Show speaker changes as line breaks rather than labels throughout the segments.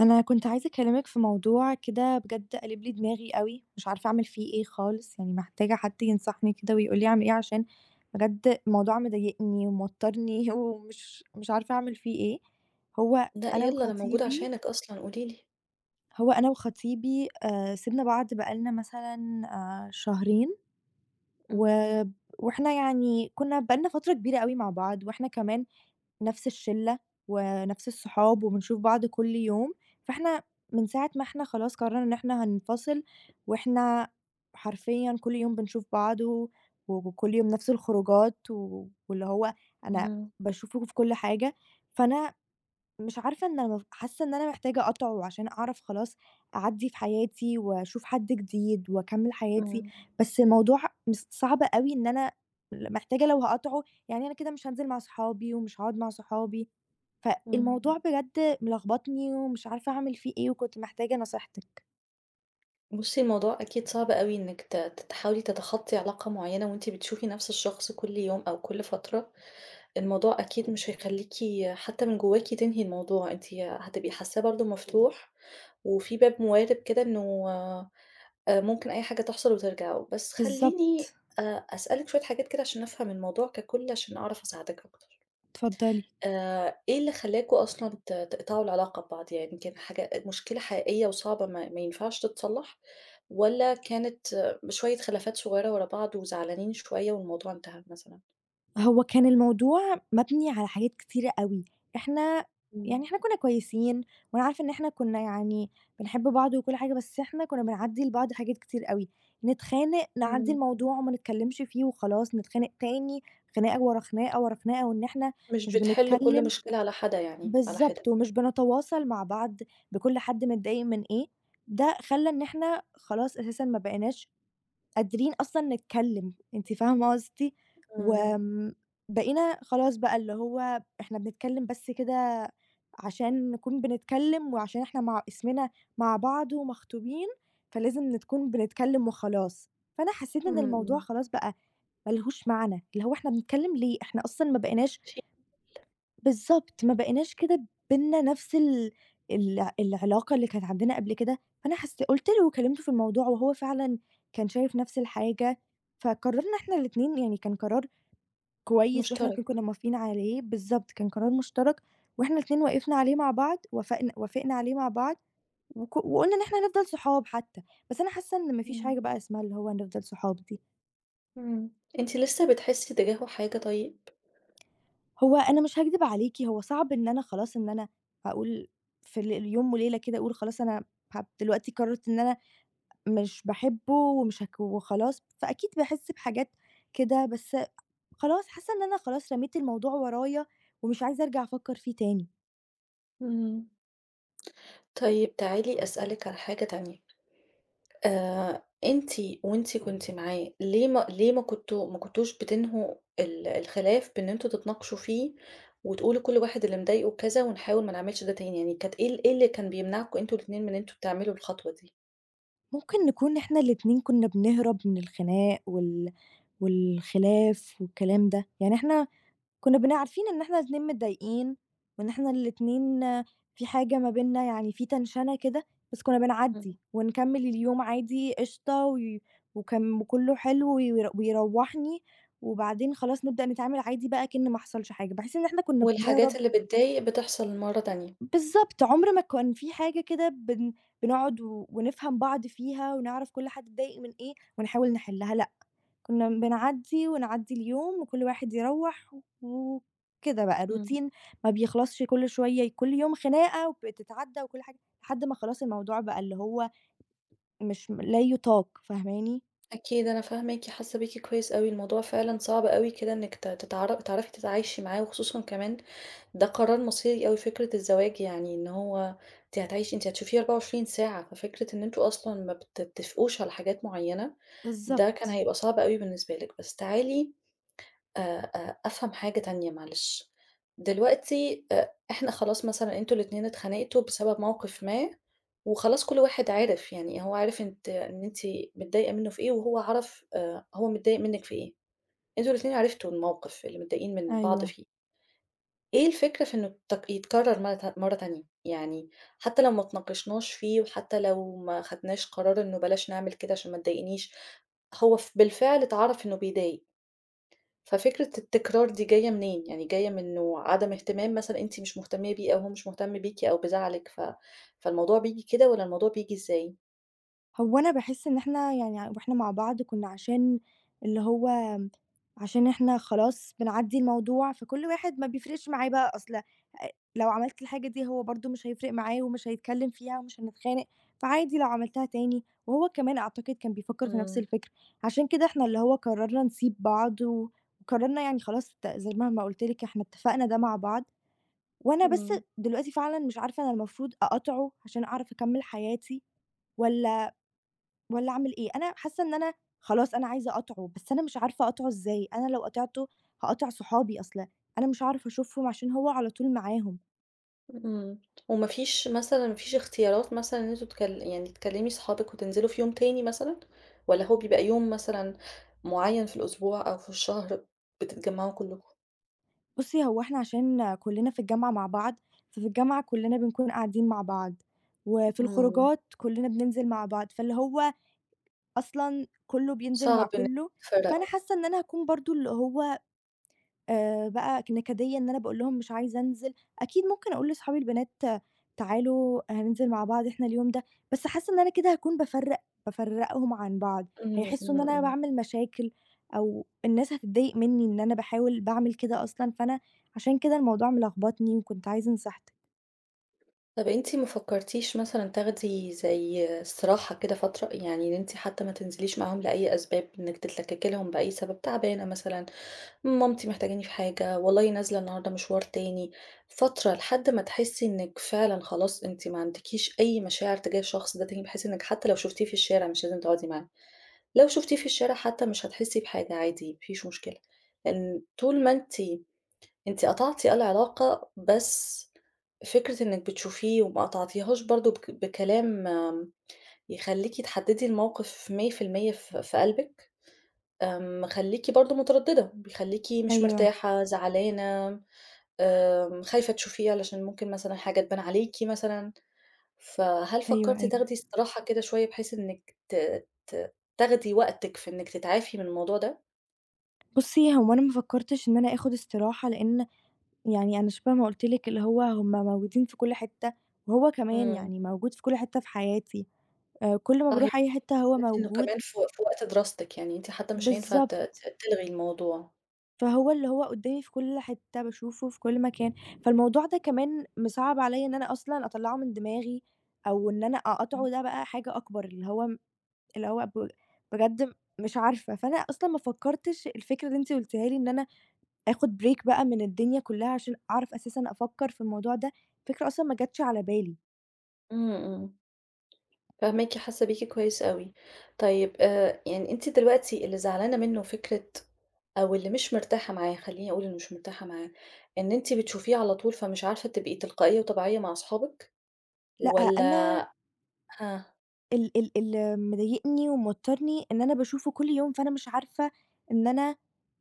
أنا كنت عايزة أكلمِك في موضوع كده بجد قالب لي دماغي أوي، مش عارفة أعمل فيه إيه خالص، يعني محتاجة حد ينصحني كده ويقول لي أعمل إيه، عشان بجد الموضوع مضايقني وموترني ومش مش عارفة أعمل فيه إيه. هو
لأ
أنا
يالّا أنا موجودة
وخطيبي
عشانِك أصلًا قولي لي.
هو أنا وخطيبي سِبنا بعض بقى لنا مثلًا شهرين، و
إمم.
وإحنا يعني كنا بقى لنا فترة كبيرة أوي مع بعض، وإحنا كمان نفس الشلة، ونفس الصحاب، وبنشوف بعض كل يوم، فإحنا من ساعة ما إحنا خلاص قررنا إن إحنا هننفصل، وإحنا حرفيًا كل يوم بنشوف بعض، وكل يوم نفس الخروجات، واللي هو أنا
إمم،
باشوفه في كل حاجة، فأنا مش عارفة إن أنا حاسة إن أنا محتاجة أقطعه عشان أعرف خلاص أعدّي في حياتي وأشوف حد جديد وأكمّل حياتي،
إمم،
بس الموضوع صعب أوي إن أنا محتاجة لو هاقاطعه، يعني أنا كده مش هانزل مع صحابي ومش هاقعد مع صحابي،
إمم.
فالموضوع بجد ملخبطني ومش عارفة أعمل فيه إيه وكنت محتاجة نصيحتِك.
بُصّي الموضوع أكيد صعب أوي إنِّك ت ت تحاولي تتخطّي علاقة معيّنة وأنتِ بتشوفي نَفْس الشخص كل يوم أو كل فترة، الموضوع أكيد مش هيخلّيكِ حتى من جواكِ تنهي الموضوع، أنتِ هتبقي حاسّاه برضه مفتوح وفي باب موارب كده إنه ممكن أي حاجة تحصل وترجعوا، بس خلّيني
بالضبط،
أسألِك شوية حاجات كده عشان أفهم الموضوع ككُل عشان أعرف أساعدِك أكتر.
اتفضلي.
إيه اللي خلّاكم أصلًا تقطعوا العلاقة ببعض؟ يعني كان حاجة مشكلة حقيقية وصعبة ما ينفعش تتصلّح والّا كانت شوية خلافات صغيرة ورا بعض وزعلانين شوية والموضوع انتهى مثلًا؟
هو كان الموضوع مبني على حاجات كتيرة أوي، إحنا
إمم،
يعني إحنا كنا كويسين، وأنا عارفة إن إحنا كنا يعني بنحب بعض وكل حاجة، بس إحنا كنا بنعدّي لبعض حاجات كتير أوي، نتخانق نعدّي
إمم.
الموضوع وما نتكلمش فيه وخلاص، نتخانق تاني، خناقة ورا خناقة ورا خناقة، وإن إحنا
مش
مش
بتحلّوا كل
بنتكلم.
مشكلة على حدة يعني، على حِدة.
بالضبط، ومش بنتواصل مع بعض بكل حد متضايق من إيه، ده خلّى إن إحنا خلاص أساسًا ما بقيناش قادرين أصلًا نتكلّم، أنتِ فاهمة قصدي؟
إمم،
وآمم، بقينا خلاص بقى اللي هو إحنا بنتكلّم بس كده عشان نكون بنتكلّم وعشان إحنا مع اسمنا مع بعض ومخطوبين، فلازم نكون بنتكلّم وخلاص. فأنا حسّيت إن
إمم،
الموضوع
إمم.
خلاص بقى ما لهوش معنى، اللي هو إحنا بنتكلّم ليه؟ إحنا أصلًا ما بقيناش.
شيء
بالضبط، ما بقيناش كده بيننا نفس ال ال العلاقة اللي كانت عندنا قبل كده، فأنا قُلت له وكلمته في الموضوع وهو فعلًا كان شايف نفس الحاجة، فقررنا إحنا الاتنين، يعني كان قرار كويس وإحنا الاتنين
مشترك.
كنا موافقين عليه، بالضبط، كان قرار مشترك وإحنا الاتنين وقفنا عليه مع بعض، وافقنا عليه مع بعض، وقُلنا إن إحنا هنفضل صحاب حتى، بس أنا حاسة إن ما فيش
إمم،
حاجة بقى اسمها اللي هو نفضل صحاب دي.
إمم. أنتِ لسه بتحسّي تجاهه حاجة طيب؟
هو أنا مش هاكدب عليكِ، هو صعب إن أنا خلاص إن أنا هاقول في يوم وليلة كده أقول خلاص أنا دلوقتي قررت إن أنا مش باحبه ومش هاك وخلاص، فأكيد باحس بحاجات كده، بس خلاص حاسة إن أنا خلاص رميت الموضوع ورايا ومش عايزة أرجع أفكّر فيه تاني.
إمم. طيب تعالي أسألِك على حاجة تانية. أنتِ وأنتِ كنتِ معاه ليه ما كنتوش بتنهوا الخلاف بإن أنتم تتناقشوا فيه، وتقولوا كل واحد اللي مضايقه كذا ونحاول ما نعملش ده تاني، يعني كانت إيه إيه اللي كان بيمنعكم أنتم الاتنين من إن أنتم تعملوا الخطوة دي؟
ممكن نكون إحنا الاتنين كنا بنهرب من الخناق والخلاف والكلام ده، يعني إحنا كنا بنبقى عارفين إن إحنا الاتنين متضايقين، وإن إحنا الاتنين في حاجة ما بيننا، يعني في تنشنة كده، بس كنا
إمم.
بنعدّي ونكمّل اليوم عادي قشطة وكلّه حلو ويروّحني، وبعدين خلاص نبدأ نتعامل عادي بقى كإن ما حصلش حاجة، باحس إن إحنا كنا
والحاجات
بنهرب.
اللي بتضايق بتحصل مرة تانية.
بالضبط، عُمر ما كان في حاجة كده بنقعد ونفهم بعض فيها ونعرف كل حد اتضايق من إيه ونحاول نحلّها، لأ، كنا بنعدّي ونعدّي اليوم وكل واحد يروّح وكده بقى
إمم.
روتين ما بيخلصش، كل شوية كل يوم خناقة وبتتعدّى وكل حاجة، لحد ما خلاص الموضوع بقى اللي هو مش م لا يُطاق، فاهماني؟
أكيد أنا فاهماكِ، حاسة بيكِ كويس أوي، الموضوع فعلًا صعب أوي كده إنِّك ت تتعر تعرفي تتعايشي معاه، وخصوصًا كمان ده قرار مصيري أوي فكرة الزواج يعني إن هو أنتِ هتشوفيه 24 ساعة، ففكرة إن أنتم أصلًا ما بتتفقوش على حاجات معيّنة، ده كان
بالضبط،
هيبقى صعب أوي بالنسبة لِك. بس تعالي أفهم حاجة تانية معلش، دلوقتي إحنا خلاص مثلًا أنتم الاتنين اتخانقتوا بسبب موقف ما، وخلاص كل واحد عرف يعني هو عارف أنت إن أنتِ متضايقة منه في إيه، وهو عرف هو متضايق منِّك في إيه، أنتم الاتنين عرفتوا الموقف اللي متضايقين من بعض
أيوه.
فيه. إيه الفكرة في إنه يتكرر مرة تانية، يعني حتى لو ما اتناقشناش فيه وحتى لو ما خدناش قرار إنه بلاش نعمل كده عشان ما تضايقنيش، هو بالفعل اتعرف إنه بيضايق، ففكرة التكرار دي جاية منين؟ يعني جاية من إنه عدم اهتمام مثلًا أنتِ مش مهتمة بيه أو هو مش مهتم بيكِ أو بزعلِك فالموضوع بييجي كده والّا الموضوع بييجي إزاي؟
هو أنا باحس إن إحنا، يعني وإحنا مع بعض كنا، عشان اللي هو عشان إحنا خلاص بنعدّي الموضوع، فكل واحد ما بيفرقش معاه بقى أصل لو عملت الحاجة دي هو برضه مش هيفرق معاه ومش هيتكلّم فيها ومش هنتخانق، فعادي لو عملتها تاني، وهو كمان أعتقد كان بيفكّر في نفس
إمم،
الفكرة، عشان كده إحنا اللي هو قررنا نسيب بعض وقررنا، يعني خلاص ت زي ما قُلت لِك إحنا اتفقنا ده مع بعض، وأنا بس
إمم.
دلوقتي فعلًا مش عارفة أنا المفروض أقاطعه عشان أعرف أكمّل حياتي والّا والّا أعمل إيه؟ أنا حاسة إن أنا خلاص أنا عايزة أقاطعه، بس أنا مش عارفة أقاطعه إزاي، أنا لو قاطعته هاقاطع صحابي، أصل أنا مش هاعرف أشوفهم عشان هو على طول معاهم.
إمم. وما فيش مثلًا ما فيش اختيارات مثلًا إن أنتم يعني تكلّمي صحابِك وتنزلوا في يوم تاني مثلًا؟ والّا هو بيبقى يوم مثلًا معيّن في الأسبوع أو في الشهر بتتجمّعوا كلّكم؟
بُصّي، هو إحنا عشان كُلّنا في الجامعة مع بعض، ففي الجامعة كُلّنا بنكون قاعدين مع بعض، وفي
إمم.
الخروجات كُلّنا بننزل مع بعض، فاللي هو أصلًا كُلّه بينزل مع
صعب إنِّك
كُلّه، فأنا
تفرّقوا.
حاسة إن أنا هاكون برضه اللي هو بقى نكدية إن أنا باقول لهم مش عايزة أنزل، أكيد ممكن أقول لصحابي البنات آه، تعالوا هننزل مع بعض إحنا اليوم ده، بس حاسة إن أنا كده هاكون بافرّقهم عن بعض،
إمم،
هيحسّوا
إمم،
إن أنا
إمم.
باعمل مشاكل أو الناس هتتضايق منّي إن أنا باحاول باعمل كده أصلًا، فأنا عشان كده الموضوع ملخبطني وكنت عايزة نصيحتك.
طَب أنتِ ما فكّرتيش مثلًا تاخدي زي استراحة كده فترة، يعني إن أنتِ حتى ما تنزليش معاهم لأي أسباب، إنِّك تتلكّكي لهم بأي سبب، تعبانة مثلًا مامتي محتاجاني في حاجة، والله نازلة النهارده مشوار تاني، فترة لحد ما تحسي إنِّك فعلًا خلاص أنتِ ما عندكيش أي مشاعر تجاه الشخص ده تاني، بحيث إنِّك حتى لو شُفتيه في الشارع مش لازم تقعدي معاه، لو شُفتيه في الشارع حتى مش هتحسي بحاجة عادي، ما فيش مشكلة، لإن طول ما أنتِ قطعتِ العلاقة بس فكرة إنِّك بتشوفيه وما قطعتيهاش برضه بكلام يخلّيكِ تحددي الموقف 100% في قلبِك مخلّيكِ برضه مترددة، بيخلّيكِ مش
أيوه،
مرتاحة، زعلانة، خايفة تشوفيه علشان ممكن مثلًا حاجة تبان عليكِ مثلًا، فهل
أيوه،
فكرتِ تاخدي
أيوه.
استراحة كده شوية بحيث إنِّك ت ت تاخدي وقتِك في إنِّك تتعافي من الموضوع ده؟
بُصّي، هو أنا ما فكّرتش إن أنا آخُد استراحة، لإن يعني أنا شبه ما قُلت لِك اللي هو هم موجودين في كل حتّة وهو كمان
إمم.
يعني موجود في كل حتّة في حياتي. كل ما
آه، هي
باروح أي حتّة هو
دلوقتي إنه
موجود.
كمان في وقت دراستِك، يعني أنتِ حتى مش هينفع ت
بالضبط.
ت تلغي الموضوع.
فهو اللي هو قدّامي في كل حتّة، باشوفه في كل مكان، فالموضوع ده كمان مصعّب عليّا إن أنا أصلًا أطلّعه من دماغي أو إن أنا
إمم،
أقاطعه ده بقى حاجة أكبر، اللي هو م، اللي هو ب، بجد مش عارفة. فأنا أصلًا ما فكّرتش الفكرة اللي أنتِ قُلتيها لي إن أنا آخُد break بقى من الدنيا كُلّها عشان أعرف أساسًا أفكّر في الموضوع ده، فكرة أصلًا ما جاتش على بالي.
إمم، إمم. فاهماكِ، حاسة بيكِ كويس أوي. طيب يعني أنتِ دلوقتي اللي زعلانة منه فكرة أو اللي مش مرتاحة معاه، خلّيني أقول اللي مش مرتاحة معاه، إن أنتِ بتشوفيه على طول فمش عارفة تبقي تلقائية وطبيعية مع أصحابِك؟
لأ،
والّا
أنا
ها،
ال ال اللي مضايقني وموترني إن أنا باشوفه كل يوم، فأنا مش عارفة إن أنا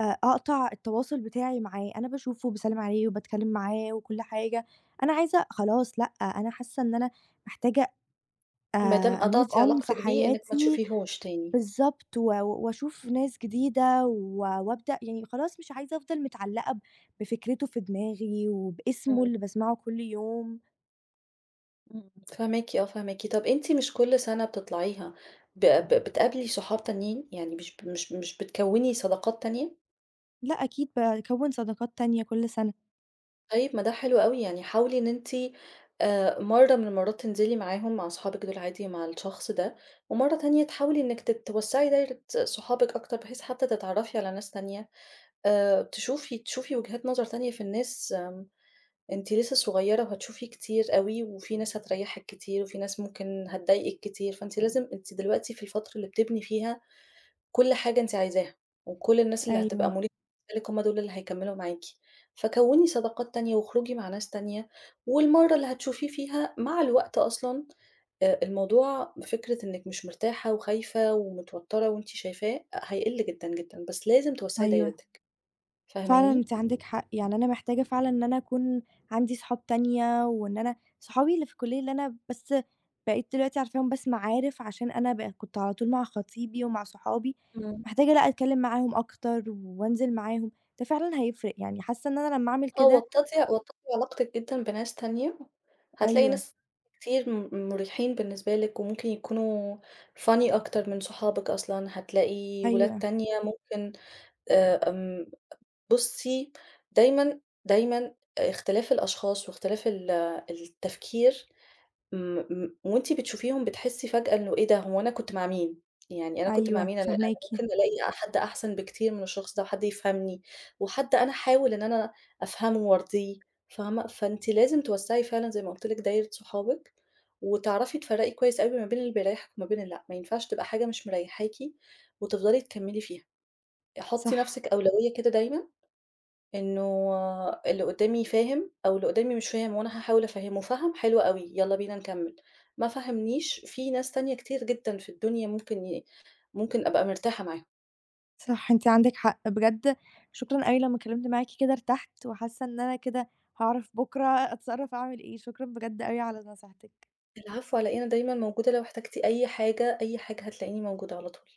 أقطع التواصل بتاعي معاه، أنا باشوفه وباسلِّم عليه وباتكلم معاه وكل حاجة، أنا عايزة خلاص، لأ، أنا حاسة إن أنا محتاجة
ما دام
أmove
قطعتِ
on في
علاقتِك بيه إنِّك ما
حياتي.
تشوفيهوش تاني؟
بالضبط، وأشوف ناس جديدة وأبدأ، يعني خلاص مش عايزة أفضل متعلقة بفكرته في دماغي
إمم،
وباسمه اللي باسمعه كل يوم،
إمم، فاهماكِ آه، فاهماكِ. طب أنتِ مش كل سنة بتطلعيها ب ب بتقابلي صحاب تانيين؟ يعني مش بتكوّني صداقات تانية؟
لأ أكيد باكوّن صداقات تانية كل سنة.
طيب ما ده حلو أوي، يعني حاولي إن أنتِ مرّة من المرّات تنزلي معاهم مع صحابِك دول عادي مع الشخص ده، ومرّة تانية تحاولي إنِّك توسّعي دايرة صحابِك أكتر بحيث حتى تتعرّفي على ناس تانية، تشوفي وجهات نظر تانية في الناس، أنتِ لسه صغيّرة وهتشوفي كتير أوي، وفي ناس هتريّحِك كتير، وفي ناس ممكن هتضايقِك كتير، فأنتِ لازم أنتِ دلوقتي في الفترة اللي بتبني فيها كل حاجة أنتِ عايزاها، وكل الناس اللي هتبقى
أيوه،
مريحة بالنسبة لِك هُم دول اللي هيكمّلوا معاكِ، فكوّني صداقات تانية واخرجي مع ناس تانية، والمَرّة اللي هتشوفيه فيها مع الوقت أصلًا الموضوع فكرة إنِّك مش مرتاحة وخايفة ومتوتّرة وأنتِ شايفاه هيقِل جدًا، جدًا، بس لازم توسّعي
أيوه.
دايرتِك،
فعلًا
فاهماني؟
أنتِ عندِك حق، يعني أنا محتاجة فعلًا إن أنا أكون عندي صحاب تانية، وإن أنا صحابي اللي في الكلية اللي أنا بس بقيت دلوقتي عارفاهم بس معارف عشان أنا كنت على طول مع خطيبي ومع صحابي،
إمم.
محتاجة، لأ، أتكلم معاهم أكتر وأنزل معاهم، ده فعلًا هيفرق، يعني حاسة إن أنا لمّا أعمل
آه،
كده
وطّدي وطّدي علاقتِك جدًا بناس تانية، هتلاقي
أيوه،
ناس كتير مُريحين بالنسبة لِك وممكن يكونوا funny أكتر من صحابِك أصلًا، هتلاقي ولاد
أيوه،
تانية ممكن آمم، بُصّي دايمًا، دايمًا اختلاف الأشخاص واختلاف التفكير إمم، إمم، وأنتِ بتشوفيهم بتحسي فجأة إنه إيه ده، هو أنا كنت مع مين؟ يعني أنا كنت مع
أيوه،
مين؟ أنا
فاهماكِ،
ممكن ألاقي حد أحسن بكتير من الشخص ده، وحد يفهمني، وحد أنا أحاول إن أنا أفهمه وأرضيه، فاهمة؟ فأنتِ لازم توسّعي فعلًا زي ما قُلت لِك دايرة صحابِك، وتعرفي تفرّقي كويس أوي ما بين اللي بيريحِك وما بين اللي لأ، ما ينفعش تبقى حاجة مش مريحاكِ وتفضلي تكمّلي فيها، حطّي
صح،
نَفْسِك أولوية كده دايمًا إنه اللي قدّامي فاهم أو اللي قدّامي مش فاهم وأنا هاحاول أفهّمه، فَهَم حلو أوي، يالّا بينا نكمّل، ما فهمنيش في ناس تانية كتير جدًا في الدنيا ممكن أبقى مرتاحة معاهم.
صح، أنتِ عندِك حق، بجد شكرًا أوي لمّا اتكلمت معاكِ كده ارتحت، وحاسة إن أنا كده هاعرف بكرة أتصرف أعمل إيه، شكرًا بجد أوي على نصيحتِك.
العفو على إيه، أنا دايمًا موجودة لو احتجتِ أي حاجة، أي حاجة هتلاقيني موجودة على طول.